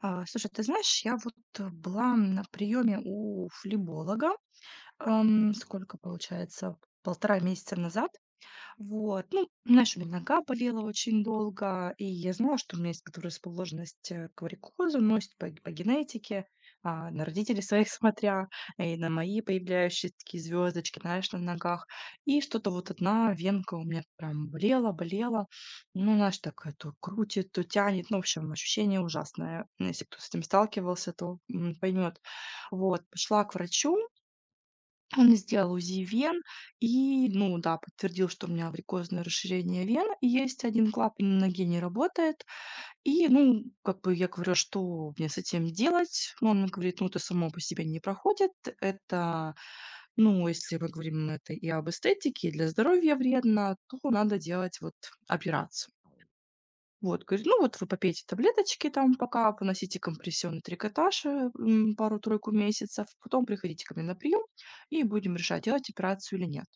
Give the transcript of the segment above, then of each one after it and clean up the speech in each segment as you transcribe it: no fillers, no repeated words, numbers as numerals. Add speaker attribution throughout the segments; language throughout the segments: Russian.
Speaker 1: А, слушай, ты знаешь, я вот, была на приеме у флеболога, сколько получается, полтора месяца назад. Вот, ну, знаешь, у меня нога болела очень долго, и я знала, что у меня есть предрасположенность к варикозу, но по генетике, на родителей своих смотря, и на мои появляющиеся такие звездочки, знаешь, на ногах. И что-то вот одна венка у меня прям болела, болела. Ну, знаешь, так то крутит, то тянет. Ну, в общем, ощущение ужасное. Ну, если кто с этим сталкивался, то поймет. Вот, пошла к врачу, он сделал УЗИ вен и, ну да, подтвердил, что у меня варикозное расширение вен и есть один клапан на ноге, не работает. И, ну, как бы я говорю: "А что мне с этим делать?" Ну, он мне говорит: "Ну, это само по себе не проходит. Это, ну, если мы говорим, ну, это и об эстетике, и для здоровья вредно, то надо делать вот операцию". Вот, говорит: "Ну, вот вы попейте таблеточки там пока, поносите компрессионный трикотаж, пару-тройку месяцев, потом приходите ко мне на прием, и будем решать, делать операцию или нет".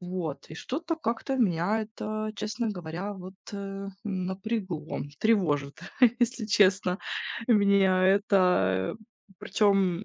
Speaker 1: Вот, и что-то как-то меня это, честно говоря, вот, напрягло, тревожит, если честно. Меня это причем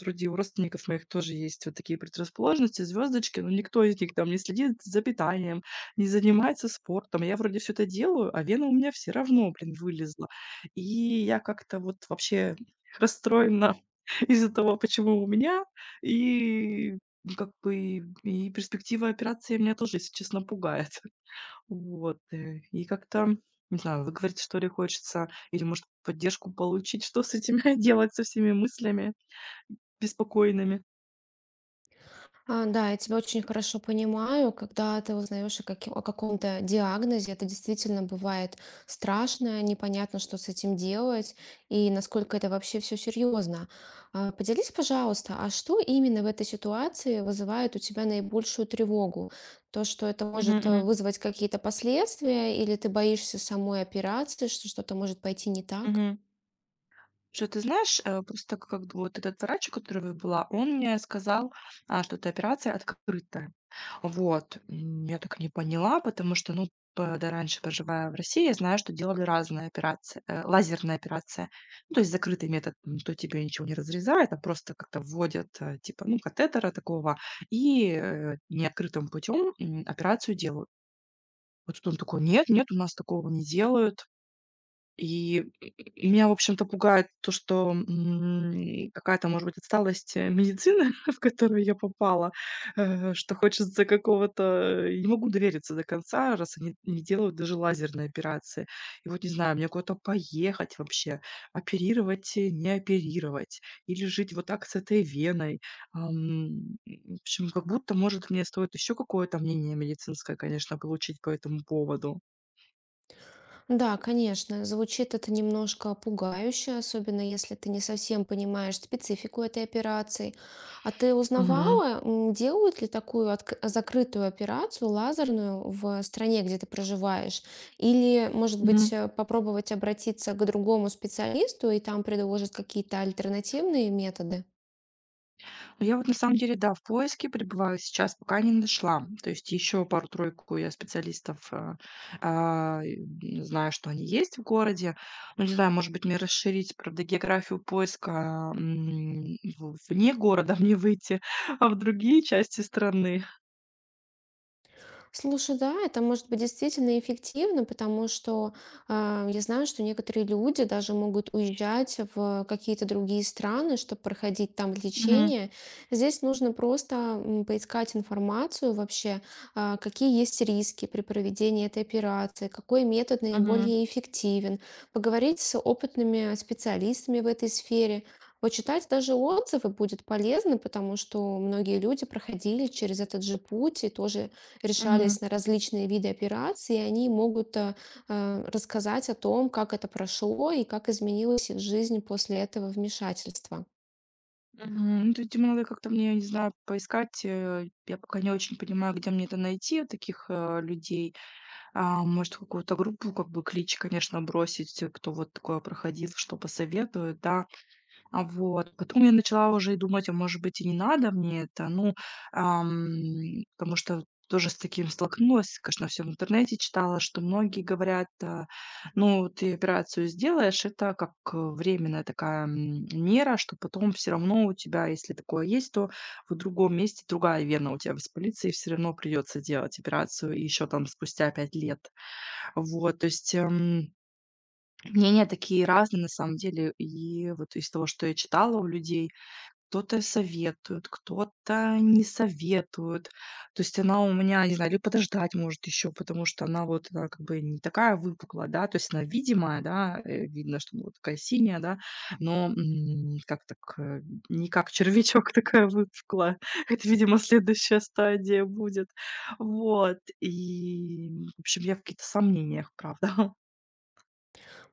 Speaker 1: вроде у родственников моих тоже есть вот такие предрасположенности, звездочки, но никто из них там не следит за питанием, не занимается спортом. Я вроде все это делаю, а вена у меня все равно, блин, вылезла. И я как-то вот вообще расстроена из-за того, почему у меня, и ну, как бы и перспектива операции меня тоже, если честно, пугает. Вот, и как-то, не знаю, выговорить, что ли, хочется или, может, поддержку получить. Что с этим делать, со всеми мыслями беспокойными?
Speaker 2: Да, я тебя очень хорошо понимаю. Когда ты узнаешь о, о каком-то диагнозе, это действительно бывает страшно, непонятно, что с этим делать и насколько это вообще все серьезно. Поделись, пожалуйста, а что именно в этой ситуации вызывает у тебя наибольшую тревогу? То, что это
Speaker 1: Мгм,
Speaker 2: может
Speaker 1: мгм,
Speaker 2: вызвать какие-то последствия, или ты боишься самой операции, что что-то может пойти не так?
Speaker 1: мгм. Слушай, ты знаешь, просто как вот этот врач, у которого я была, он мне сказал, что эта операция открытая. Вот, я так и не поняла, потому что, ну, когда раньше, проживая в России, я знаю, что делали разные операции, лазерная операция. Ну, то есть закрытый метод, то тебе ничего не разрезают, а просто как-то вводят, типа, ну, катетера такого, и неоткрытым путем операцию делают. Вот тут он такой: нет, нет, у нас такого не делают, и меня, в общем-то, пугает то, что, какая-то, может быть, отсталость, медицины, в которую я попала, что хочется какого-то не могу довериться до конца, раз они не делают даже лазерные операции. И вот не знаю, мне куда-то поехать вообще, оперировать, не оперировать или жить вот так с этой веной. В общем, как будто, может, мне стоит еще какое-то мнение медицинское, конечно, получить по этому поводу.
Speaker 2: Да, конечно, звучит это немножко пугающе, особенно если ты не совсем понимаешь специфику этой операции. А ты
Speaker 1: Мгм.
Speaker 2: узнавала, делают ли такую закрытую операцию лазерную в стране, где ты проживаешь? Или, может быть, попробовать обратиться к другому специалисту и там предложат какие-то альтернативные методы?
Speaker 1: Я вот на самом деле, да, в поиске пребываю сейчас, пока не нашла. То есть еще пару-тройку я специалистов а, и, знаю, что они есть в городе. Ну, не знаю, может быть, мне расширить, правда, географию поиска, вне города, мне выйти в другие части страны.
Speaker 2: Слушай, да, это может быть действительно эффективно, потому что я знаю, что некоторые люди даже могут уезжать в какие-то другие страны, чтобы проходить там
Speaker 1: Мгм.
Speaker 2: лечение. Здесь нужно просто поискать информацию вообще, какие есть риски при проведении этой операции, какой метод
Speaker 1: Мгм.
Speaker 2: наиболее эффективен, поговорить с опытными специалистами в этой сфере. Почитать даже отзывы будет полезно, потому что многие люди проходили через этот же путь и тоже
Speaker 1: Мгм.
Speaker 2: решались на различные виды операций, и они могут рассказать о том, как это прошло и как изменилась их жизнь после этого вмешательства.
Speaker 1: Мгм. Ну, тут, видимо, надо как-то мне, не знаю, поискать. Я пока не очень понимаю, где мне это найти, таких людей. А, может, какую-то группу, как бы клич, конечно, бросить, кто вот такое проходил, что посоветует, да. А, вот. Потом я начала уже и думать, а может быть, и не надо мне это. Ну, потому что тоже с таким столкнулась, конечно, всё в интернете читала, что многие говорят, ну, ты операцию сделаешь, это как, временная такая, мера, что потом все равно у тебя, если такое есть, то в другом месте другая вена у тебя воспалится, и все равно придется делать операцию еще там спустя 5 лет. Вот, то есть, мнения такие разные на самом деле. И вот из того, что я читала у людей, кто-то советует, кто-то не советует. То есть она у меня, не знаю, или подождать может еще, потому что она вот, она как бы не такая выпуклая, да, то есть она видимая, да, видно, что она вот такая синяя, да, но, как так, не как червячок такая выпуклая. Это, видимо, следующая стадия будет. Вот, и, в общем, я в каких-то сомнениях, правда.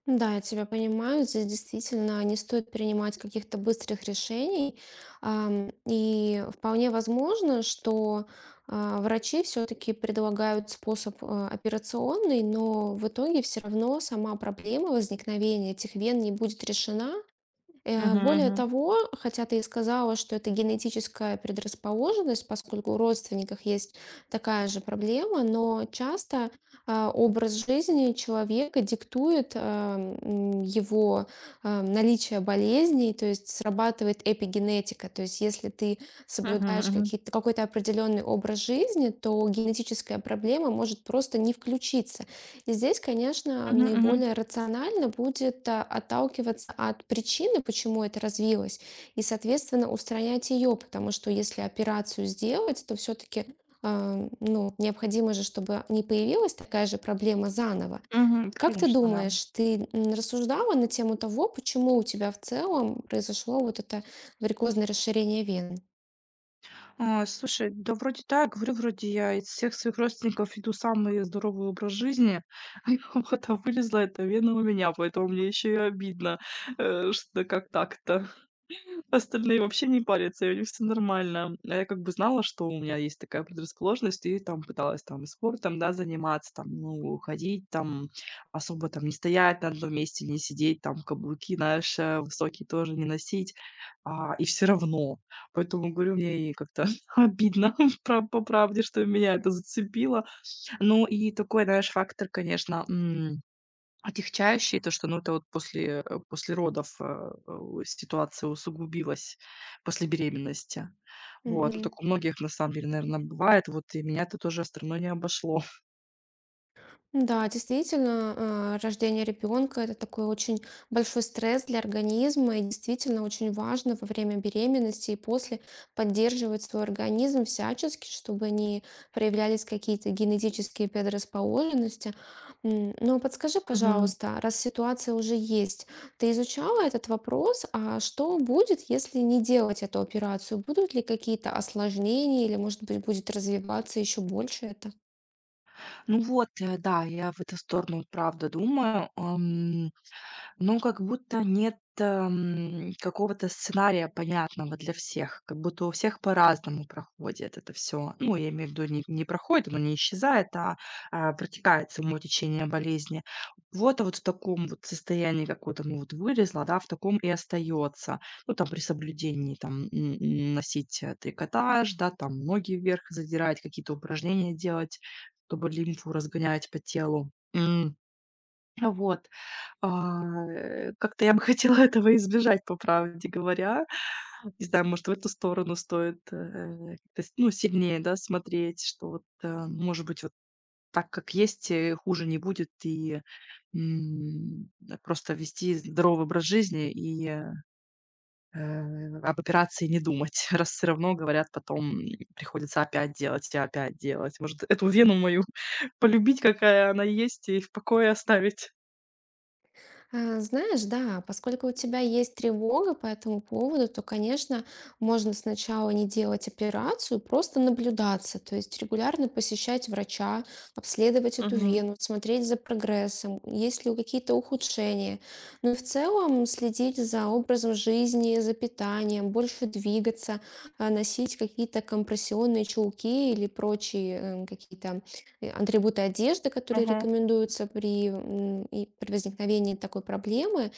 Speaker 2: Да, я тебя понимаю. Здесь действительно не стоит принимать каких-то быстрых решений. И вполне возможно, что врачи все-таки предлагают способ операционный, но в итоге все равно сама проблема возникновения этих вен не будет решена.
Speaker 1: Мгм,
Speaker 2: Более
Speaker 1: мгм.
Speaker 2: того, хотя ты и сказала, что это генетическая предрасположенность, поскольку у родственников есть такая же проблема, но часто образ жизни человека диктует его наличие болезней, то есть срабатывает эпигенетика. То есть если ты
Speaker 1: Мгм,
Speaker 2: соблюдаешь
Speaker 1: мгм.
Speaker 2: какой-то определенный образ жизни, то генетическая проблема может просто не включиться, и здесь, конечно,
Speaker 1: Мгм, мгм.
Speaker 2: наиболее рационально будет отталкиваться от причины, почему это развилось, и, соответственно, устранять ее, потому что если операцию сделать, то все-таки ну, необходимо же, чтобы не появилась такая же проблема заново.
Speaker 1: Мгм.
Speaker 2: Как ты
Speaker 1: Конечно, да.
Speaker 2: думаешь, ты рассуждала на тему того, почему у тебя в целом произошло вот это варикозное расширение вен?
Speaker 1: А, слушай, да вроде так. Говорю, вроде я из всех своих родственников веду самый здоровый образ жизни, а вот, а вылезла эта вена у меня, поэтому мне еще и обидно, что как так-то. Остальные вообще не парятся, и у них все нормально. А я как бы знала, что у меня есть такая предрасположенность, и там пыталась там и спортом, да, заниматься, там, ну, ходить, там, особо там не стоять на одном месте, не сидеть, там, каблуки, знаешь, высокие тоже не носить, и все равно. Поэтому, говорю, мне и как-то обидно, пра по правде, что меня это зацепило. Ну и такой, знаешь, фактор, конечно, отягчающий, то, что, ну, это вот после родов, э, у ситуация усугубилась после беременности. Вот, ну,
Speaker 2: Мгм.
Speaker 1: так у многих, на самом деле, наверное, бывает, вот и меня это тоже стороной не обошло.
Speaker 2: Да, действительно, рождение ребенка это такой очень большой стресс для организма, и действительно очень важно во время беременности и после поддерживать свой организм всячески, чтобы не проявлялись какие-то генетические предрасположенности. Но подскажи,
Speaker 1: Мгм.
Speaker 2: пожалуйста, раз ситуация уже есть, ты изучала этот вопрос, а что будет, если не делать эту операцию? Будут ли какие-то осложнения или, может быть, будет развиваться еще больше это?
Speaker 1: Ну вот, да, я в эту сторону, правда, думаю. Ам. Ну, как будто нет, какого-то сценария понятного для всех, как будто у всех по-разному проходит это все. Ну, я имею в виду, не проходит, оно не исчезает, протекает само течение болезни. Вот, кого вот в таком вот состоянии, как то ну вот вылезло, да, в таком и остается. Ну, там при соблюдении, там, н н носить, трикотаж, да, там ноги вверх задирать, какие-то упражнения делать, чтобы лимфу разгонять по телу. М. Вот. А, как-то я бы хотела этого избежать, по правде говоря. Не знаю, может, в эту сторону стоит, как-то с ну, сильнее, да, смотреть, что вот, может быть, вот так, как есть, хуже не будет, и, просто вести здоровый образ жизни и, об операции не думать, раз все равно, говорят, потом, приходится опять делать и опять делать. Может, эту вену мою полюбить, какая она есть, и в покое оставить.
Speaker 2: Знаешь, да, поскольку у тебя есть тревога по этому поводу, то, конечно, можно сначала не делать операцию, просто наблюдаться, то есть регулярно посещать врача, обследовать эту
Speaker 1: Мгм.
Speaker 2: вену, смотреть за прогрессом, есть ли какие-то ухудшения. Ну и в целом следить за образом жизни, за питанием, больше двигаться, носить какие-то компрессионные чулки или прочие какие-то атрибуты одежды, которые рекомендуются при, и при возникновении такой проблемы.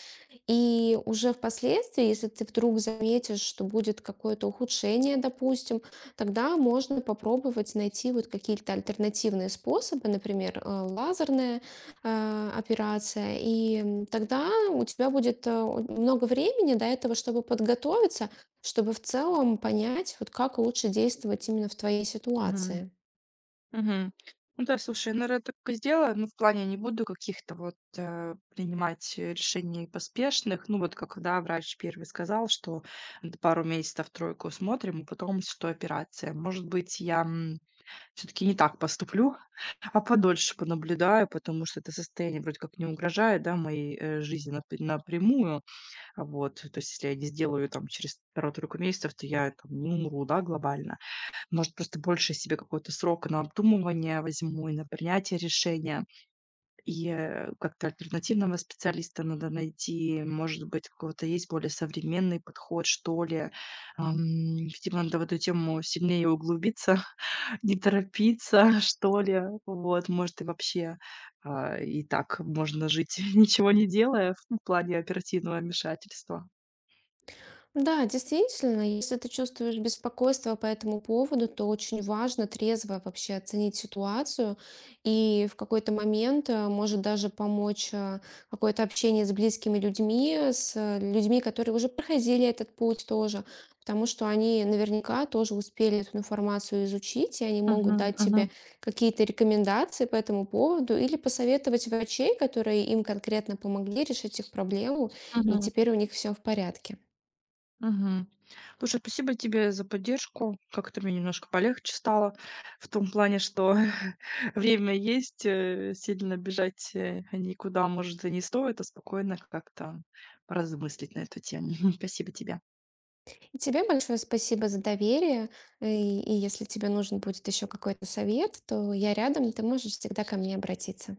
Speaker 2: И уже впоследствии, если ты вдруг заметишь, что будет какое-то ухудшение, допустим, тогда можно попробовать найти вот какие-то альтернативные способы, например, лазерная операция. Тогда у тебя будет много времени до этого, чтобы подготовиться, чтобы в целом понять, вот как лучше действовать именно в твоей
Speaker 1: Мгм.
Speaker 2: ситуации.
Speaker 1: Мгм. Ну да, слушай, я, наверное, так и сделаю. Ну, в плане не буду каких-то вот, принимать, решений поспешных. Ну, вот как, да, врач первый сказал, что д пару месяцев тройку смотрим, и потом что операция. Может быть, я, все таки не так поступлю, а подольше понаблюдаю, потому что это состояние вроде как не угрожает, да, моей, жизни напрямую. А, вот, то есть, если я не сделаю там через пару-тройку месяцев, то я там не умру, да, глобально. Может, просто больше себе какого-то срока на обдумывание возьму и на принятие решения. И, как-то альтернативного специалиста надо найти. Может быть, какого то есть более современный подход, что ли. Ам, видимо, надо в эту тему сильнее углубиться, не торопиться, что ли. Вот, может, и вообще, и так можно жить, ничего не делая в плане оперативного вмешательства.
Speaker 2: Да, действительно, если ты чувствуешь беспокойство по этому поводу, то очень важно трезво вообще оценить ситуацию, и в какой-то момент может даже помочь какое-то общение с близкими людьми, с людьми, которые уже проходили этот путь тоже, потому что они наверняка тоже успели эту информацию изучить, и они могут
Speaker 1: Мгм,
Speaker 2: дать
Speaker 1: мгм,
Speaker 2: тебе какие-то рекомендации по этому поводу или посоветовать врачей, которые им конкретно помогли решить их проблему, и
Speaker 1: мгм.
Speaker 2: теперь у них все в порядке.
Speaker 1: Мгм. Слушай, спасибо тебе за поддержку. Как-то мне немножко полегче стало в том плане, что время есть, сильно бежать, никуда, может, и не стоит, а спокойно как-то поразмыслить на эту тему. Спасибо тебе.
Speaker 2: И тебе большое спасибо за доверие. И если тебе нужен будет еще какой-то совет, то я рядом, ты можешь всегда ко мне обратиться.